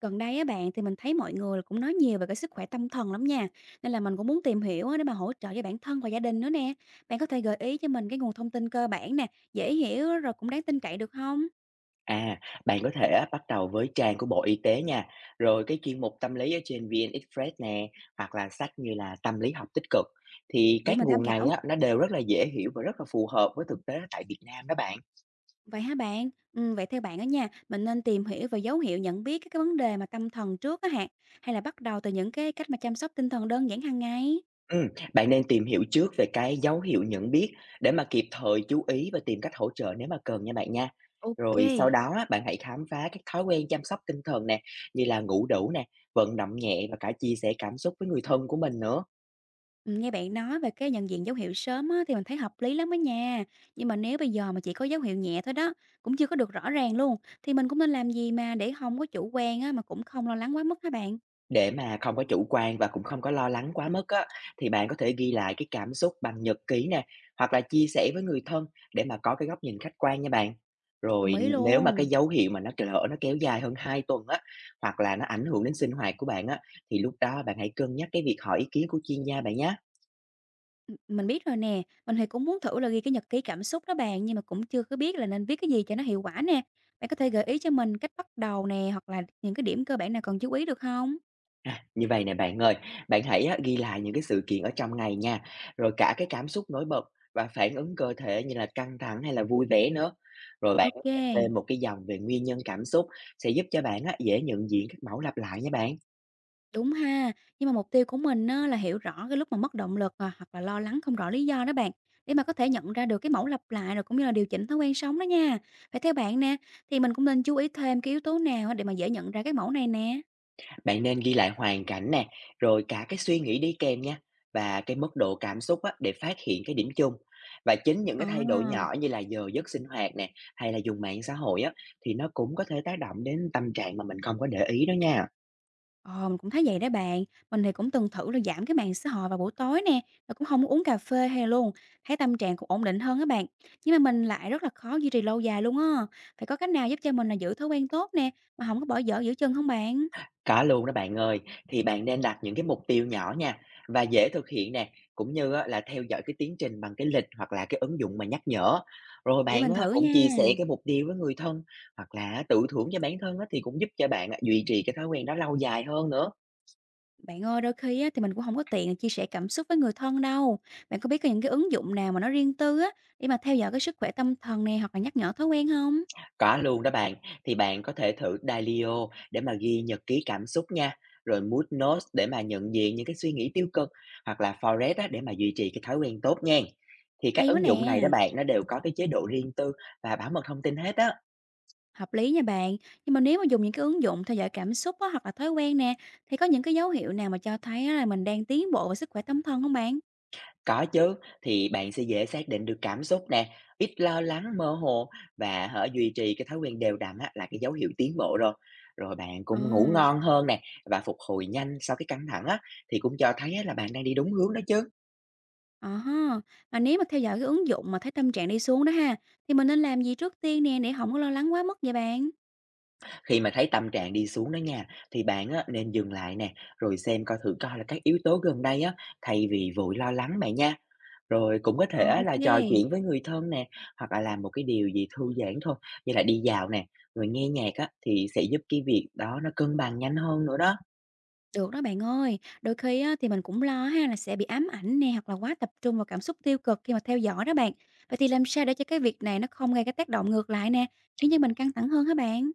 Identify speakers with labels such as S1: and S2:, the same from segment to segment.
S1: Gần đây á bạn thì mình thấy mọi người cũng nói nhiều về cái sức khỏe tâm thần lắm nha. Nên là mình cũng muốn tìm hiểu á để mà hỗ trợ cho bản thân và gia đình nữa nè. Bạn có thể gợi ý cho mình cái nguồn thông tin cơ bản nè, dễ hiểu rồi cũng đáng tin cậy được không?
S2: À, bạn có thể á, bắt đầu với trang của Bộ Y tế nha, rồi cái chuyên mục tâm lý ở trên VN Express nè, hoặc là sách như là Tâm lý học tích cực. Thì
S1: Để
S2: các
S1: mình tham
S2: nguồn này
S1: khảo.
S2: á, nó đều rất là dễ hiểu và rất là phù hợp với thực tế tại Việt Nam đó bạn.
S1: Vậy hả bạn? Ừ, vậy theo bạn á nha, mình nên tìm hiểu về dấu hiệu nhận biết các cái vấn đề mà tâm thần trước á hả? Hay là bắt đầu từ những cái cách mà chăm sóc tinh thần đơn giản hàng ngày?
S2: Ừ, bạn nên tìm hiểu trước về cái dấu hiệu nhận biết để mà kịp thời chú ý và tìm cách hỗ trợ nếu mà cần nha bạn nha.
S1: Ok.
S2: Rồi sau đó á, bạn hãy khám phá các thói quen chăm sóc tinh thần nè, như là ngủ đủ nè, vận động nhẹ và cả chia sẻ cảm xúc với người thân của mình nữa.
S1: Nghe bạn nói về cái nhận diện dấu hiệu sớm á, thì mình thấy hợp lý lắm đó nha. Nhưng mà nếu bây giờ mà chỉ có dấu hiệu nhẹ thôi đó, cũng chưa có được rõ ràng luôn, thì mình cũng nên làm gì mà để không có chủ quan á, mà cũng không lo lắng quá mức hả bạn?
S2: Để mà không có chủ quan và cũng không có lo lắng quá mức á, thì bạn có thể ghi lại cái cảm xúc bằng nhật ký nè, hoặc là chia sẻ với người thân để mà có cái góc nhìn khách quan nha bạn.
S1: Đồng
S2: Rồi
S1: ý
S2: nếu mà cái
S1: luôn.
S2: dấu hiệu mà nó lỡ nó kéo dài hơn 2 tuần á, hoặc là nó ảnh hưởng đến sinh hoạt của bạn á, thì lúc đó bạn hãy cân nhắc cái việc hỏi ý kiến của chuyên gia bạn nhé.
S1: Mình biết rồi nè, mình thì cũng muốn thử là ghi cái nhật ký cảm xúc đó bạn, nhưng mà cũng chưa có biết là nên viết cái gì cho nó hiệu quả nè. Bạn có thể gợi ý cho mình cách bắt đầu nè, hoặc là những cái điểm cơ bản nào cần chú ý được không?
S2: Như vậy nè bạn ơi, bạn hãy á, ghi lại những cái sự kiện ở trong ngày nha, rồi cả cái cảm xúc nổi bật và phản ứng cơ thể như là căng thẳng hay là vui vẻ nữa. Rồi bạn có thể
S1: Ok.
S2: thêm một cái dòng về nguyên nhân cảm xúc sẽ giúp cho bạn á, dễ nhận diện các mẫu lặp lại nha bạn.
S1: Đúng ha, nhưng mà mục tiêu của mình á, là hiểu rõ cái lúc mà mất động lực à, hoặc là lo lắng không rõ lý do đó bạn để mà có thể nhận ra được cái mẫu lặp lại rồi cũng như là điều chỉnh thói quen sống đó nha. Vậy theo bạn nè, thì mình cũng nên chú ý thêm cái yếu tố nào á để mà dễ nhận ra cái mẫu này nè.
S2: Bạn nên ghi lại hoàn cảnh nè, rồi cả cái suy nghĩ đi kèm nha và cái mức độ cảm xúc á, để phát hiện cái điểm chung. Và chính những cái thay đổi
S1: À,
S2: nhỏ như là giờ giấc sinh hoạt nè, hay là dùng mạng xã hội á, thì nó cũng có thể tác động đến tâm trạng mà mình không có để ý đó nha.
S1: ờ, mình cũng thấy vậy đó bạn. Mình thì cũng từng thử là giảm cái mạng xã hội vào buổi tối nè, rồi cũng không có uống cà phê hay luôn. Thấy tâm trạng cũng ổn định hơn á bạn. Nhưng mà mình lại rất là khó duy trì lâu dài luôn á. Phải có cách nào giúp cho mình là giữ thói quen tốt nè, mà không có bỏ dở giữa chừng không bạn?
S2: Có luôn đó bạn ơi, thì bạn nên đặt những cái mục tiêu nhỏ nha và dễ thực hiện nè, cũng như á, là theo dõi cái tiến trình bằng cái lịch hoặc là cái ứng dụng mà nhắc nhở. Rồi
S1: Để
S2: bạn
S1: mình
S2: á,
S1: thử
S2: cũng
S1: nha.
S2: chia sẻ cái mục tiêu với người thân hoặc là tự thưởng cho bản thân á, thì cũng giúp cho bạn á, duy trì cái thói quen đó lâu dài hơn nữa.
S1: Bạn ơi, đôi khi á, thì mình cũng không có tiện chia sẻ cảm xúc với người thân đâu. Bạn có biết có những cái ứng dụng nào mà nó riêng tư á, để mà theo dõi cái sức khỏe tâm thần nè, hoặc là nhắc nhở thói quen không?
S2: Có luôn đó bạn, thì bạn có thể thử Dailyo để mà ghi nhật ký cảm xúc nha, rồi Mood Notes để mà nhận diện những cái suy nghĩ tiêu cực hoặc là Forest á, để mà duy trì cái thói quen tốt nha. Thì các
S1: Hay quá
S2: ứng dụng này đó
S1: nè,
S2: bạn nó đều có cái chế độ riêng tư và bảo mật thông tin hết á.
S1: hợp lý nha bạn. Nhưng mà nếu mà dùng những cái ứng dụng theo dõi cảm xúc á, hoặc là thói quen nè, thì có những cái dấu hiệu nào mà cho thấy á, là mình đang tiến bộ về sức khỏe tâm thần không bạn?
S2: Có chứ, thì bạn sẽ dễ xác định được cảm xúc nè, ít lo lắng mơ hồ và hở duy trì cái thói quen đều đặn á, là cái dấu hiệu tiến bộ rồi. Rồi bạn
S1: Ờ,
S2: cũng ngủ ngon hơn nè và phục hồi nhanh sau cái căng thẳng á, thì cũng cho thấy á, là bạn đang đi đúng hướng đó chứ.
S1: à ha. Mà nếu mà theo dõi cái ứng dụng mà thấy tâm trạng đi xuống đó ha, thì mình nên làm gì trước tiên nè, để không có lo lắng quá mức vậy bạn?
S2: Khi mà thấy tâm trạng đi xuống đó nha, thì bạn á, nên dừng lại nè, rồi xem coi thử coi là các yếu tố gần đây á, thay vì vội lo lắng bạn nha. Rồi cũng có
S1: Ờ,
S2: thể á,
S1: ok.
S2: là trò chuyện với người thân nè, hoặc là làm một cái điều gì thư giãn thôi, như là đi dạo nè, rồi nghe nhạc á, thì sẽ giúp cái việc đó nó cân bằng nhanh hơn nữa đó.
S1: Được đó bạn ơi, đôi khi á, thì mình cũng lo ha là sẽ bị ám ảnh nè hoặc là quá tập trung vào cảm xúc tiêu cực khi mà theo dõi đó bạn. Vậy thì làm sao để cho cái việc này nó không gây cái tác động ngược lại nè, khiến cho mình căng thẳng hơn hả bạn?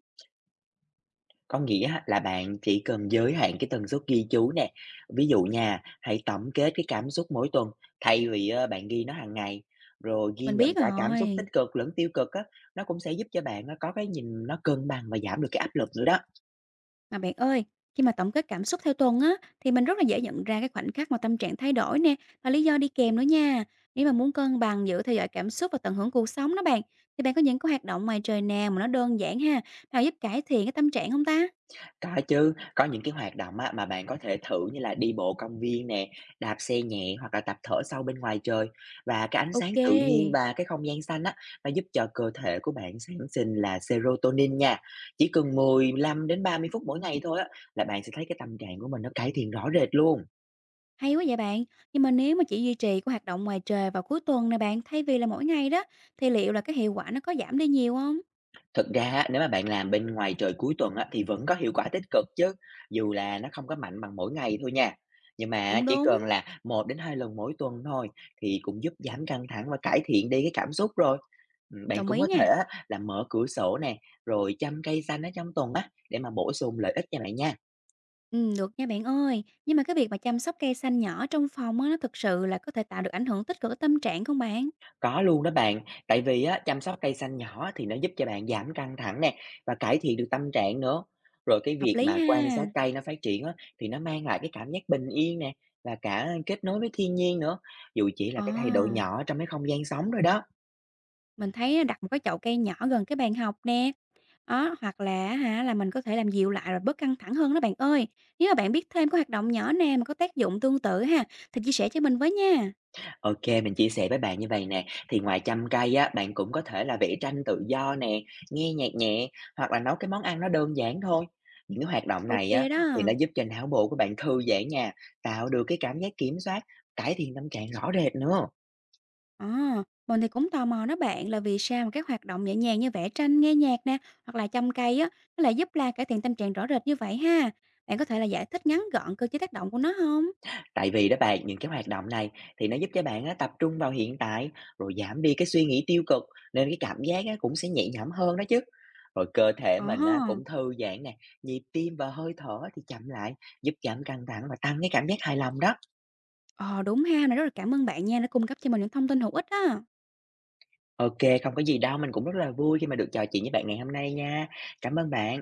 S2: Có nghĩa á là bạn chỉ cần giới hạn cái tần suất ghi chú nè, ví dụ nha, hãy tổng kết cái cảm xúc mỗi tuần thay vì, bạn ghi nó hàng ngày. Rồi ghi
S1: Mình
S2: nhận
S1: biết
S2: cả cảm xúc tích
S1: rồi.
S2: cực lẫn tiêu cực á, nó cũng sẽ giúp cho bạn nó có cái nhìn nó cân bằng và giảm được cái áp lực nữa đó.
S1: Mà bạn ơi, khi mà tổng kết cảm xúc theo tuần á thì mình rất là dễ nhận ra cái khoảnh khắc mà tâm trạng thay đổi nè và lý do đi kèm nữa nha. Nếu mà muốn cân bằng giữa theo dõi cảm xúc và tận hưởng cuộc sống đó bạn, thì bạn có những cái hoạt động ngoài trời nào mà nó đơn giản ha, nào giúp cải thiện cái tâm trạng không ta?
S2: Có chứ, có những cái hoạt động á, mà bạn có thể thử như là đi bộ công viên nè, đạp xe nhẹ hoặc là tập thở sâu bên ngoài trời. Và cái ánh sáng
S1: Ok.
S2: tự nhiên và cái không gian xanh á, nó giúp cho cơ thể của bạn sản sinh là serotonin nha. Chỉ cần 15 đến 30 phút mỗi ngày thôi á, là bạn sẽ thấy cái tâm trạng của mình nó cải thiện rõ rệt luôn.
S1: Hay quá vậy bạn. Nhưng mà nếu mà chỉ duy trì cái hoạt động ngoài trời vào cuối tuần này bạn, thay vì là mỗi ngày đó, thì liệu là cái hiệu quả nó có giảm đi nhiều không?
S2: Thực ra á, nếu mà bạn làm bên ngoài trời cuối tuần á, thì vẫn có hiệu quả tích cực chứ, dù là nó không có mạnh bằng mỗi ngày thôi nha. Nhưng mà
S1: Cũng
S2: chỉ cần
S1: đúng.
S2: là 1 đến 2 lần mỗi tuần thôi thì cũng giúp giảm căng thẳng và cải thiện đi cái cảm xúc rồi. Ừ, bạn
S1: Đồng
S2: cũng
S1: ý
S2: có thể
S1: nha.
S2: á, là mở cửa sổ nè, rồi chăm cây xanh ở trong tuần á để mà bổ sung lợi ích cho bạn nha.
S1: Được nha bạn ơi. Nhưng mà cái việc mà chăm sóc cây xanh nhỏ trong phòng á, nó thực sự là có thể tạo được ảnh hưởng tích cực tới tâm trạng không bạn?
S2: Có luôn đó bạn, tại vì á, chăm sóc cây xanh nhỏ thì nó giúp cho bạn giảm căng thẳng nè và cải thiện được tâm trạng nữa. Rồi cái
S1: Hợp
S2: việc
S1: lý
S2: mà quan
S1: ha.
S2: sát cây nó phát triển á, thì nó mang lại cái cảm giác bình yên nè và cả kết nối với thiên nhiên nữa, dù chỉ là
S1: Ờ,
S2: cái thay đổi nhỏ trong cái không gian sống rồi đó.
S1: mình thấy đặt một cái chậu cây nhỏ gần cái bàn học nè, đó, hoặc là hả, là mình có thể làm dịu lại rồi bớt căng thẳng hơn đó bạn ơi. Nếu mà bạn biết thêm cái hoạt động nhỏ nào mà có tác dụng tương tự ha, thì chia sẻ cho mình với nha.
S2: OK, mình chia sẻ với bạn như vậy nè, thì ngoài chăm cây á, bạn cũng có thể là vẽ tranh tự do nè, nghe nhạc nhẹ hoặc là nấu cái món ăn nó đơn giản thôi. Những cái hoạt động
S1: OK
S2: này á, thì
S1: đó.
S2: nó giúp cho não bộ của bạn thư giãn nha, tạo được cái cảm giác kiểm soát, cải thiện tâm trạng rõ rệt nữa.
S1: Ờ, mình thì cũng tò mò đó bạn là vì sao mà các hoạt động nhẹ nhàng như vẽ tranh, nghe nhạc nè, hoặc là chăm cây á, nó lại giúp là cải thiện tâm trạng rõ rệt như vậy ha? Bạn có thể là giải thích ngắn gọn cơ chế tác động của nó không?
S2: Tại vì đó bạn, những cái hoạt động này thì nó giúp cho bạn á, tập trung vào hiện tại rồi giảm đi cái suy nghĩ tiêu cực nên cái cảm giác á, cũng sẽ nhẹ nhõm hơn đó chứ. Rồi cơ thể
S1: Ờ
S2: mình
S1: ha.
S2: á, cũng thư giãn nè, nhịp tim và hơi thở thì chậm lại giúp giảm căng thẳng và tăng cái cảm giác hài lòng đó.
S1: Ờ, đúng ha, mình rất là cảm ơn bạn nha, đã cung cấp cho mình những thông tin hữu ích đó.
S2: Ok, không có gì đâu, mình cũng rất là vui khi mà được trò chuyện với bạn ngày hôm nay nha. Cảm ơn bạn.